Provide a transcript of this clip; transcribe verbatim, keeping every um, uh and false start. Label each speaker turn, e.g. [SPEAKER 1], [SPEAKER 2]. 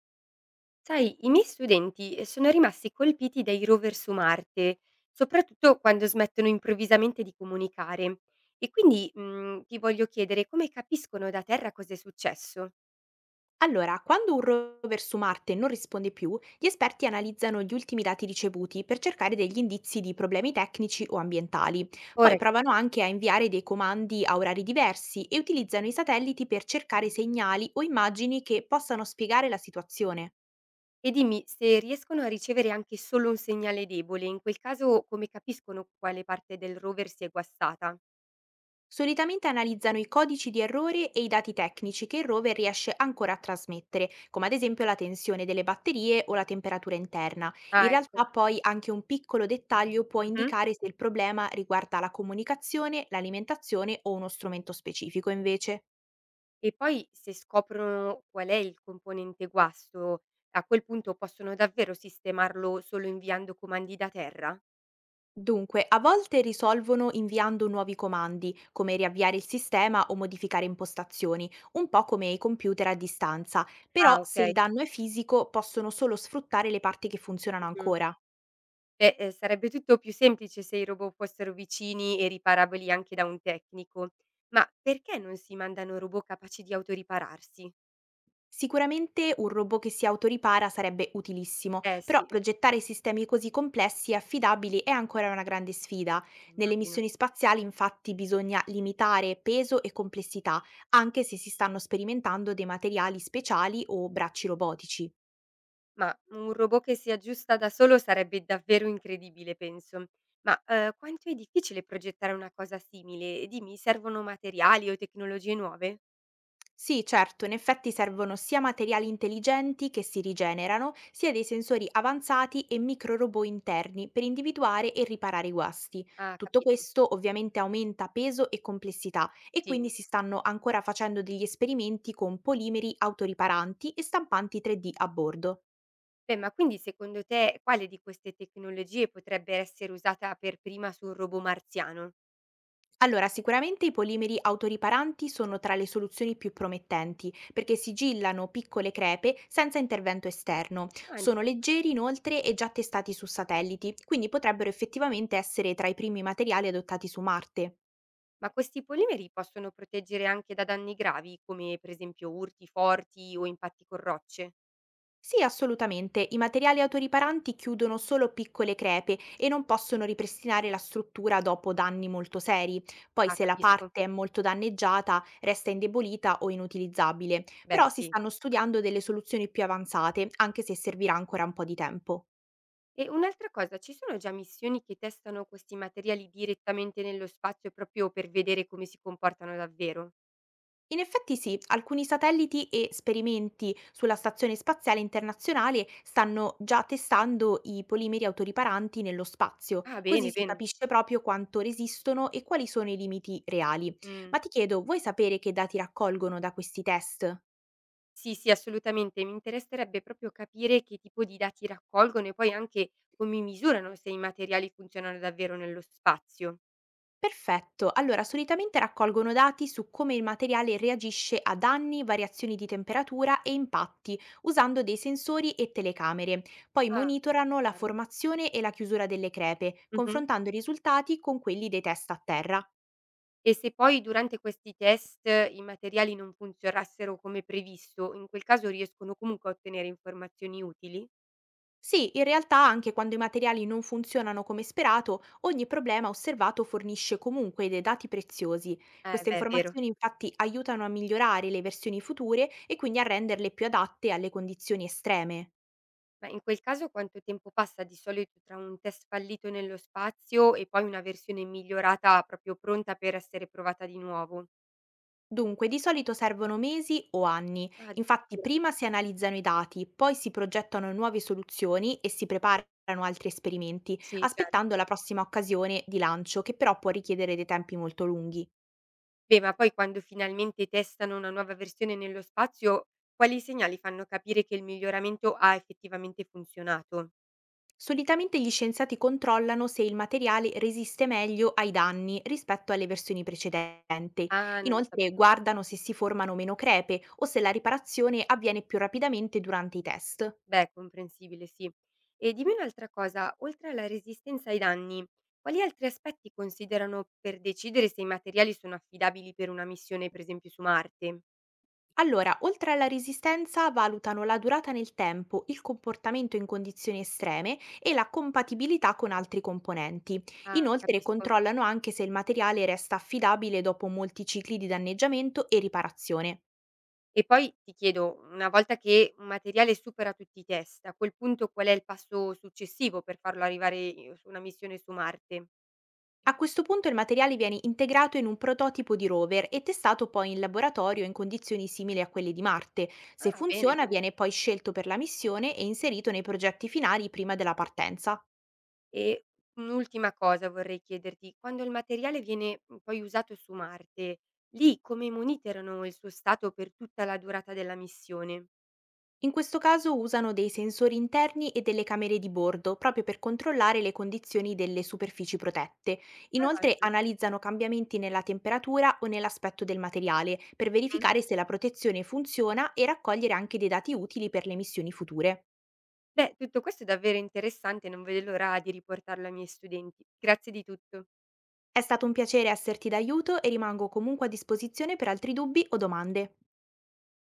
[SPEAKER 1] Sai, i miei studenti eh, sono rimasti colpiti dai rover su Marte, soprattutto quando smettono improvvisamente di comunicare. E quindi mm, ti voglio chiedere come capiscono da Terra cosa è successo.
[SPEAKER 2] Allora, quando un rover su Marte non risponde più, gli esperti analizzano gli ultimi dati ricevuti per cercare degli indizi di problemi tecnici o ambientali.
[SPEAKER 1] Ora
[SPEAKER 2] Poi
[SPEAKER 1] è
[SPEAKER 2] provano
[SPEAKER 1] chiaro.
[SPEAKER 2] anche a inviare dei comandi a orari diversi e utilizzano i satelliti per cercare segnali o immagini che possano spiegare la situazione.
[SPEAKER 1] E dimmi se riescono a ricevere anche solo un segnale debole, in quel caso come capiscono quale parte del rover si è guastata?
[SPEAKER 2] Solitamente analizzano i codici di errore e i dati tecnici che il rover riesce ancora a trasmettere, come ad esempio la tensione delle batterie o la temperatura interna. In
[SPEAKER 1] Ah, ecco.
[SPEAKER 2] realtà poi anche un piccolo dettaglio può
[SPEAKER 1] Mhm.
[SPEAKER 2] indicare se il problema riguarda la comunicazione, l'alimentazione o uno strumento specifico invece.
[SPEAKER 1] E poi se scoprono qual è il componente guasto, a quel punto possono davvero sistemarlo solo inviando comandi da Terra?
[SPEAKER 2] Dunque, a volte risolvono inviando nuovi comandi, come riavviare il sistema o modificare impostazioni, un po' come i computer a distanza,
[SPEAKER 1] Ah,
[SPEAKER 2] però se
[SPEAKER 1] okay.
[SPEAKER 2] il danno è fisico possono solo sfruttare le parti che funzionano
[SPEAKER 1] Mh-mh.
[SPEAKER 2] ancora.
[SPEAKER 1] Beh, ehm, sarebbe tutto più semplice se i robot fossero vicini e riparabili anche da un tecnico. Ma perché non si mandano robot capaci di autoripararsi?
[SPEAKER 2] Sicuramente un robot che si autoripara sarebbe utilissimo,
[SPEAKER 1] Eh
[SPEAKER 2] però
[SPEAKER 1] sì,
[SPEAKER 2] progettare sistemi così complessi e affidabili è ancora una grande sfida. Nelle
[SPEAKER 1] immagino.
[SPEAKER 2] missioni spaziali infatti bisogna limitare peso e complessità, anche se si stanno sperimentando dei materiali speciali o bracci robotici.
[SPEAKER 1] Ma un robot che si aggiusta da solo sarebbe davvero incredibile, penso. Ma, ehm, quanto è difficile progettare una cosa simile? Dimmi, servono materiali o tecnologie nuove?
[SPEAKER 2] Sì, certo, in effetti servono sia materiali intelligenti che si rigenerano, sia dei sensori avanzati e microrobot interni per individuare e riparare i guasti.
[SPEAKER 1] Ah,
[SPEAKER 2] Tutto
[SPEAKER 1] capito.
[SPEAKER 2] questo ovviamente aumenta peso e complessità e
[SPEAKER 1] Sì.
[SPEAKER 2] quindi si stanno ancora facendo degli esperimenti con polimeri autoriparanti e stampanti tre D a bordo.
[SPEAKER 1] Beh, ma quindi secondo te quale di queste tecnologie potrebbe essere usata per prima su un robot marziano?
[SPEAKER 2] Allora, sicuramente i polimeri autoriparanti sono tra le soluzioni più promettenti, perché sigillano piccole crepe senza intervento esterno.
[SPEAKER 1] Ah, int
[SPEAKER 2] Sono leggeri inoltre e già testati su satelliti, quindi potrebbero effettivamente essere tra i primi materiali adottati su Marte.
[SPEAKER 1] Ma questi polimeri possono proteggere anche da danni gravi, come per esempio urti forti o impatti con rocce?
[SPEAKER 2] Sì, assolutamente. I materiali autoriparanti chiudono solo piccole crepe e non possono ripristinare la struttura dopo danni molto seri. Poi,
[SPEAKER 1] Ah,
[SPEAKER 2] se la
[SPEAKER 1] capisco.
[SPEAKER 2] parte è molto danneggiata, resta indebolita o inutilizzabile.
[SPEAKER 1] Beh,
[SPEAKER 2] Però si
[SPEAKER 1] sì.
[SPEAKER 2] stanno studiando delle soluzioni più avanzate, anche se servirà ancora un po' di tempo.
[SPEAKER 1] E un'altra cosa, ci sono già missioni che testano questi materiali direttamente nello spazio proprio per vedere come si comportano davvero?
[SPEAKER 2] In effetti sì, alcuni satelliti e sperimenti sulla Stazione Spaziale Internazionale stanno già testando i polimeri autoriparanti nello spazio,
[SPEAKER 1] Ah,
[SPEAKER 2] così
[SPEAKER 1] bene,
[SPEAKER 2] si
[SPEAKER 1] bene.
[SPEAKER 2] capisce proprio quanto resistono e quali sono i limiti reali.
[SPEAKER 1] Mm.
[SPEAKER 2] Ma ti chiedo, vuoi sapere che dati raccolgono da questi test?
[SPEAKER 1] Sì, sì, assolutamente. Mi interesserebbe proprio capire che tipo di dati raccolgono e poi anche come misurano se i materiali funzionano davvero nello spazio.
[SPEAKER 2] Perfetto, allora solitamente raccolgono dati su come il materiale reagisce a danni, variazioni di temperatura e impatti, usando dei sensori e telecamere. Poi
[SPEAKER 1] Ah,
[SPEAKER 2] monitorano la formazione e la chiusura delle crepe,
[SPEAKER 1] chiaro.
[SPEAKER 2] confrontando i risultati con quelli dei test a terra.
[SPEAKER 1] E se poi durante questi test i materiali non funzionassero come previsto, in quel caso riescono comunque a ottenere informazioni utili?
[SPEAKER 2] Sì, in realtà anche quando i materiali non funzionano come sperato, ogni problema osservato fornisce comunque dei dati preziosi.
[SPEAKER 1] Eh
[SPEAKER 2] Queste
[SPEAKER 1] beh, è vero.
[SPEAKER 2] informazioni infatti aiutano a migliorare le versioni future e quindi a renderle più adatte alle condizioni estreme.
[SPEAKER 1] Ma in quel caso quanto tempo passa di solito tra un test fallito nello spazio e poi una versione migliorata proprio pronta per essere provata di nuovo?
[SPEAKER 2] Dunque, di solito servono mesi o anni,
[SPEAKER 1] Ah,
[SPEAKER 2] infatti
[SPEAKER 1] addirittura.
[SPEAKER 2] prima si analizzano i dati, poi si progettano nuove soluzioni e si preparano altri esperimenti,
[SPEAKER 1] Sì, certo.
[SPEAKER 2] aspettando la prossima occasione di lancio, che però può richiedere dei tempi molto lunghi.
[SPEAKER 1] Beh, ma poi quando finalmente testano una nuova versione nello spazio, quali segnali fanno capire che il miglioramento ha effettivamente funzionato?
[SPEAKER 2] Solitamente gli scienziati controllano se il materiale resiste meglio ai danni rispetto alle versioni precedenti.
[SPEAKER 1] Ah, non lo
[SPEAKER 2] Inoltre
[SPEAKER 1] sapevo.
[SPEAKER 2] guardano se si formano meno crepe o se la riparazione avviene più rapidamente durante i test.
[SPEAKER 1] Beh, è comprensibile, sì. E dimmi un'altra cosa, oltre alla resistenza ai danni, quali altri aspetti considerano per decidere se i materiali sono affidabili per una missione, per esempio, su Marte?
[SPEAKER 2] Allora, oltre alla resistenza, valutano la durata nel tempo, il comportamento in condizioni estreme e la compatibilità con altri componenti.
[SPEAKER 1] Ah,
[SPEAKER 2] Inoltre
[SPEAKER 1] capisco.
[SPEAKER 2] controllano anche se il materiale resta affidabile dopo molti cicli di danneggiamento e riparazione.
[SPEAKER 1] E poi ti chiedo, una volta che un materiale supera tutti i test, a quel punto qual è il passo successivo per farlo arrivare eh, su una missione su Marte?
[SPEAKER 2] A questo punto il materiale viene integrato in un prototipo di rover e testato poi in laboratorio in condizioni simili a quelle di Marte. Se
[SPEAKER 1] Ah, bene,
[SPEAKER 2] funziona
[SPEAKER 1] bene.
[SPEAKER 2] viene poi scelto per la missione e inserito nei progetti finali prima della partenza.
[SPEAKER 1] E un'ultima cosa vorrei chiederti, quando il materiale viene, mhmm, poi usato su Marte, lì come monitorano il suo stato per tutta la durata della missione?
[SPEAKER 2] In questo caso usano dei sensori interni e delle camere di bordo proprio per controllare le condizioni delle superfici protette.
[SPEAKER 1] Ah, non
[SPEAKER 2] Inoltre
[SPEAKER 1] lo
[SPEAKER 2] analizzano cambiamenti nella temperatura o nell'aspetto del materiale per
[SPEAKER 1] mh.
[SPEAKER 2] verificare se la protezione funziona e raccogliere anche dei dati utili per le missioni future.
[SPEAKER 1] Beh, tutto questo è davvero interessante, non vedo l'ora di riportarlo ai miei studenti. Grazie di tutto.
[SPEAKER 2] È stato un piacere esserti d'aiuto e rimango comunque a disposizione per altri dubbi o domande.